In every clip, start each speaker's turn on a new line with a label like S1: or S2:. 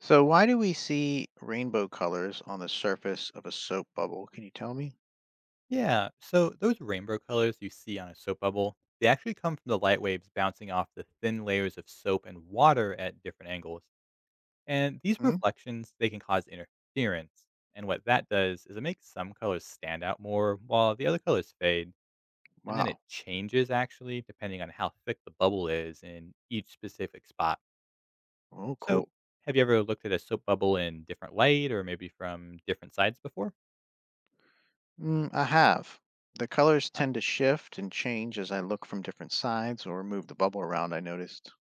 S1: So, why do we see rainbow colors on the surface of a soap bubble? Can you tell me?
S2: Yeah, so those rainbow colors you see on a soap bubble, they actually come from the light waves bouncing off the thin layers of soap and water at different angles. And these
S1: Hmm?
S2: reflections, they can cause interference. And what that does is it makes some colors stand out more while the other colors fade. And then it
S1: Wow.
S2: changes actually depending on how thick the bubble is in each specific spot.
S1: Oh,
S2: So,
S1: cool.
S2: have you ever looked at a soap bubble in different light or maybe from different sides before?
S1: Mm, I have. The colors tend to shift and change as I look from different sides or move the bubble around, I noticed.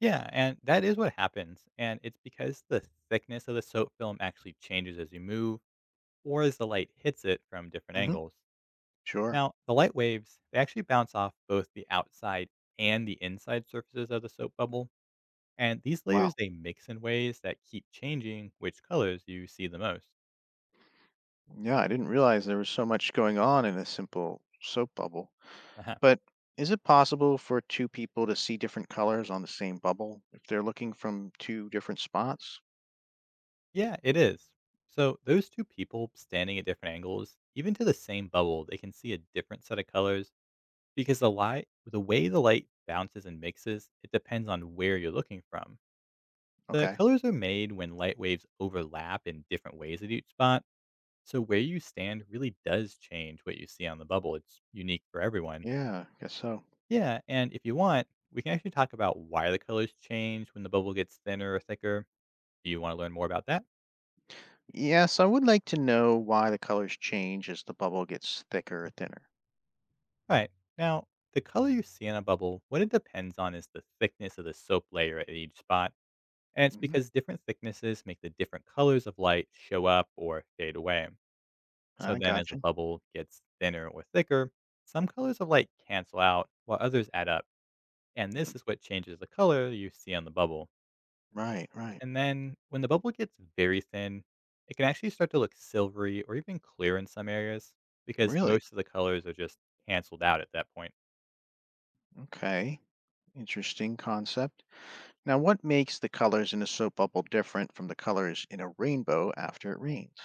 S2: Yeah, and that is what happens. And it's because the thickness of the soap film actually changes as you move or as the light hits it from different
S1: Hmm.
S2: angles.
S1: Sure.
S2: Now, the light waves, they actually bounce off both the outside and the inside surfaces of the soap bubble. And these layers,
S1: Wow.
S2: they mix in ways that keep changing which colors you see the most.
S1: Yeah, I didn't realize there was so much going on in a simple soap bubble.
S2: Uh-huh.
S1: But is it possible for two people to see different colors on the same bubble if they're looking from two different spots?
S2: Yeah, it is. So those two people standing at different angles, even to the same bubble, they can see a different set of colors. Because the way the light bounces and mixes, it depends on where you're looking from. The
S1: Okay.
S2: colors are made when light waves overlap in different ways at each spot, so where you stand really does change what you see on the bubble. It's unique for everyone.
S1: Yeah, I guess so.
S2: Yeah, and if you want, we can actually talk about why the colors change when the bubble gets thinner or thicker. Do you want to learn more about that?
S1: Yes, I would like to know why the colors change as the bubble gets thicker or thinner.
S2: Right. Now, the color you see in a bubble, what it depends on is the thickness of the soap layer at each spot. And it's
S1: Hmm.
S2: because different thicknesses make the different colors of light show up or fade away. So
S1: I
S2: then, as a
S1: gotcha.
S2: bubble gets thinner or thicker, some colors of light cancel out while others add up. And
S1: Hmm.
S2: this is what changes the color you see on the bubble.
S1: Right, right.
S2: And then, when the bubble gets very thin, it can actually start to look silvery or even clear in some areas because
S1: Really?
S2: most of the colors are just canceled out at that point.
S1: Okay. Interesting concept. Now, what makes the colors in a soap bubble different from the colors in a rainbow after it rains?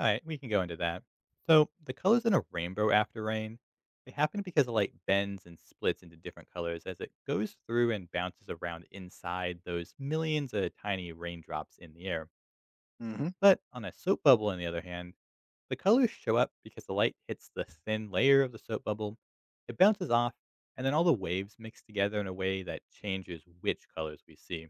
S2: All right, we can go into that. So the colors in a rainbow after rain, they happen because the light bends and splits into different colors as it goes through and bounces around inside those millions of tiny raindrops in the air.
S1: Hmm.
S2: But on a soap bubble, on the other hand, the colors show up because the light hits the thin layer of the soap bubble, it bounces off, and then all the waves mix together in a way that changes which colors we see.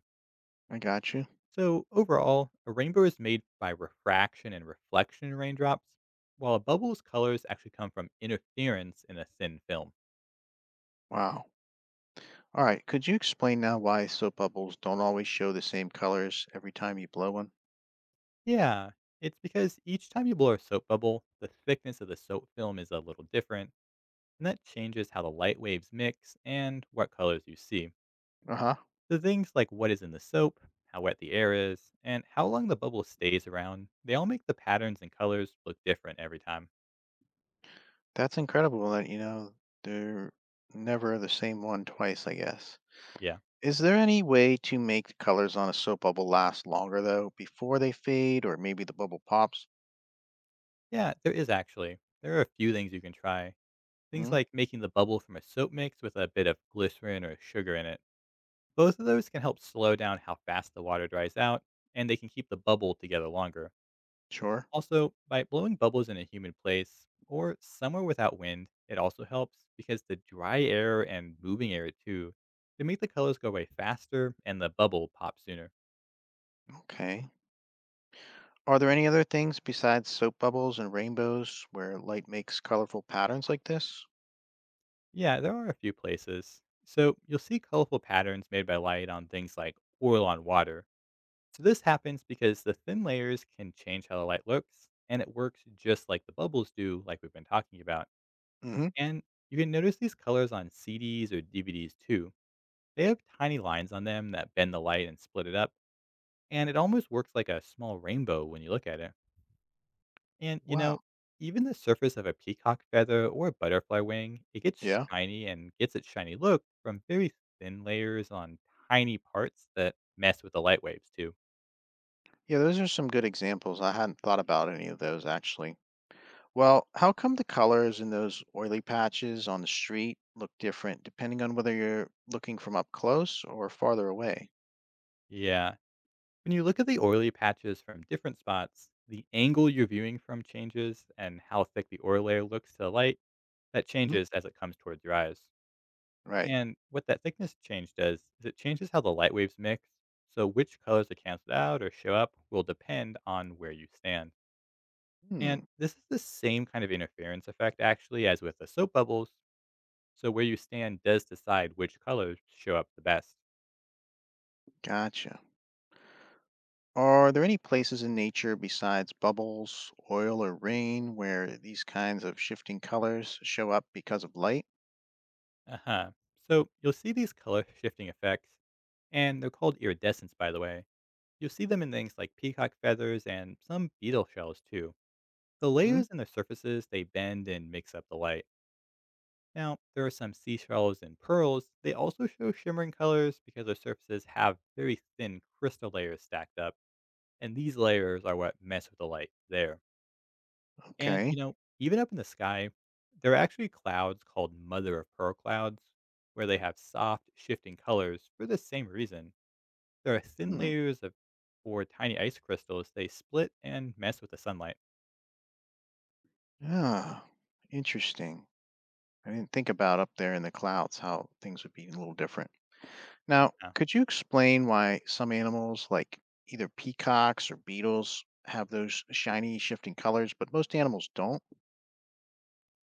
S1: I got you.
S2: So, overall, a rainbow is made by refraction and reflection in raindrops, while a bubble's colors actually come from interference in a thin film.
S1: Wow. All right, could you explain now why soap bubbles don't always show the same colors every time you blow one?
S2: Yeah, it's because each time you blow a soap bubble, the thickness of the soap film is a little different, and that changes how the light waves mix and what colors you see.
S1: Uh huh.
S2: So, things like what is in the soap, how wet the air is, and how long the bubble stays around, they all make the patterns and colors look different every time.
S1: That's incredible that they're never the same one twice, I guess.
S2: Yeah.
S1: Is there any way to make the colors on a soap bubble last longer, though, before they fade or maybe the bubble pops?
S2: Yeah, there is actually. There are a few things you can try. Things
S1: Hmm,
S2: like making the bubble from a soap mix with a bit of glycerin or sugar in it. Both of those can help slow down how fast the water dries out, and they can keep the bubble together longer.
S1: sure.
S2: Also, by blowing bubbles in a humid place or somewhere without wind, it also helps because the dry air and moving air too can make the colors go away faster and the bubble pop sooner.
S1: Okay. Are there any other things besides soap bubbles and rainbows where light makes colorful patterns like this?
S2: Yeah, there are a few places. So you'll see colorful patterns made by light on things like oil on water. So this happens because the thin layers can change how the light looks, and it works just like the bubbles do, like we've been talking about.
S1: Mm hmm.
S2: And you can notice these colors on CDs or DVDs too. They have tiny lines on them that bend the light and split it up, and it almost works like a small rainbow when you look at it. And you
S1: Wow.
S2: know, even the surface of a peacock feather or a butterfly wing, it gets
S1: Yeah.
S2: shiny and gets its shiny look from very thin layers on tiny parts that mess with the light waves too.
S1: Yeah, those are some good examples. I hadn't thought about any of those actually. Well, how come the colors in those oily patches on the street look different depending on whether you're looking from up close or farther away?
S2: Yeah, when you look at the oily patches from different spots, the angle you're viewing from changes and how thick the oil layer looks to the light, that
S1: Hmm.
S2: changes as it comes towards your eyes.
S1: Right.
S2: And what that thickness change does is it changes how the light waves mix, so which colors are canceled out or show up will depend on where you stand.
S1: Hmm.
S2: And this is the same kind of interference effect actually as with the soap bubbles, so where you stand does decide which colors show up the best.
S1: Gotcha. Are there any places in nature besides bubbles, oil, or rain where these kinds of shifting colors show up because of light?
S2: Uh huh. So you'll see these color shifting effects and they're called iridescents, by the way. You'll see them in things like peacock feathers and some beetle shells, too. The
S1: Hmm.
S2: layers and the surfaces, they bend and mix up the light. Now, there are some seashells and pearls. They also show shimmering colors because their surfaces have very thin crystal layers stacked up, and these layers are what mess with the light there. And, you
S1: Okay.
S2: know, even up in the sky, there are actually clouds called mother of pearl clouds, where they have soft, shifting colors for the same reason. There are thin
S1: Hmm.
S2: layers of or tiny ice crystals. They split and mess with the sunlight.
S1: Yeah. Interesting. I didn't think about up there in the clouds how things would be a little different. Now,
S2: Oh,
S1: could you explain why some animals, like either peacocks or beetles, have those shiny, shifting colors, but most animals don't?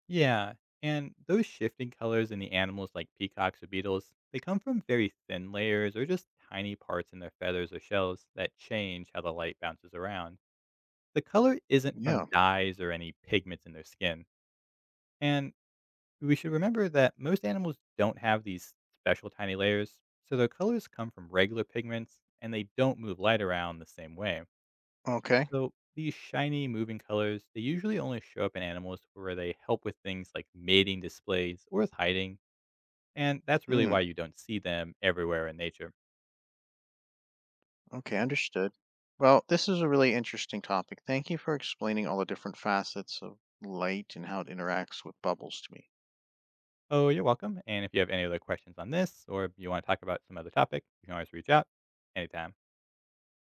S2: yeah, and those shifting colors in the animals like peacocks or beetles, they come from very thin layers or just tiny parts in their feathers or shells that change how the light bounces around. The color isn't from
S1: Yeah.
S2: dyes or any pigments in their skin. And we should remember that most animals don't have these special tiny layers, so their colors come from regular pigments and they don't move light around the same way.
S1: Okay.
S2: So these shiny moving colors, they usually only show up in animals where they help with things like mating displays or with hiding, and that's really why
S1: Mm,
S2: you don't see them everywhere in nature.
S1: okay, understood. Well, this is a really interesting topic. Thank you for explaining all the different facets of light and how it interacts with bubbles to me.
S2: Oh, you're welcome. And if you have any other questions on this or you want to talk about some other topic, you can always reach out anytime.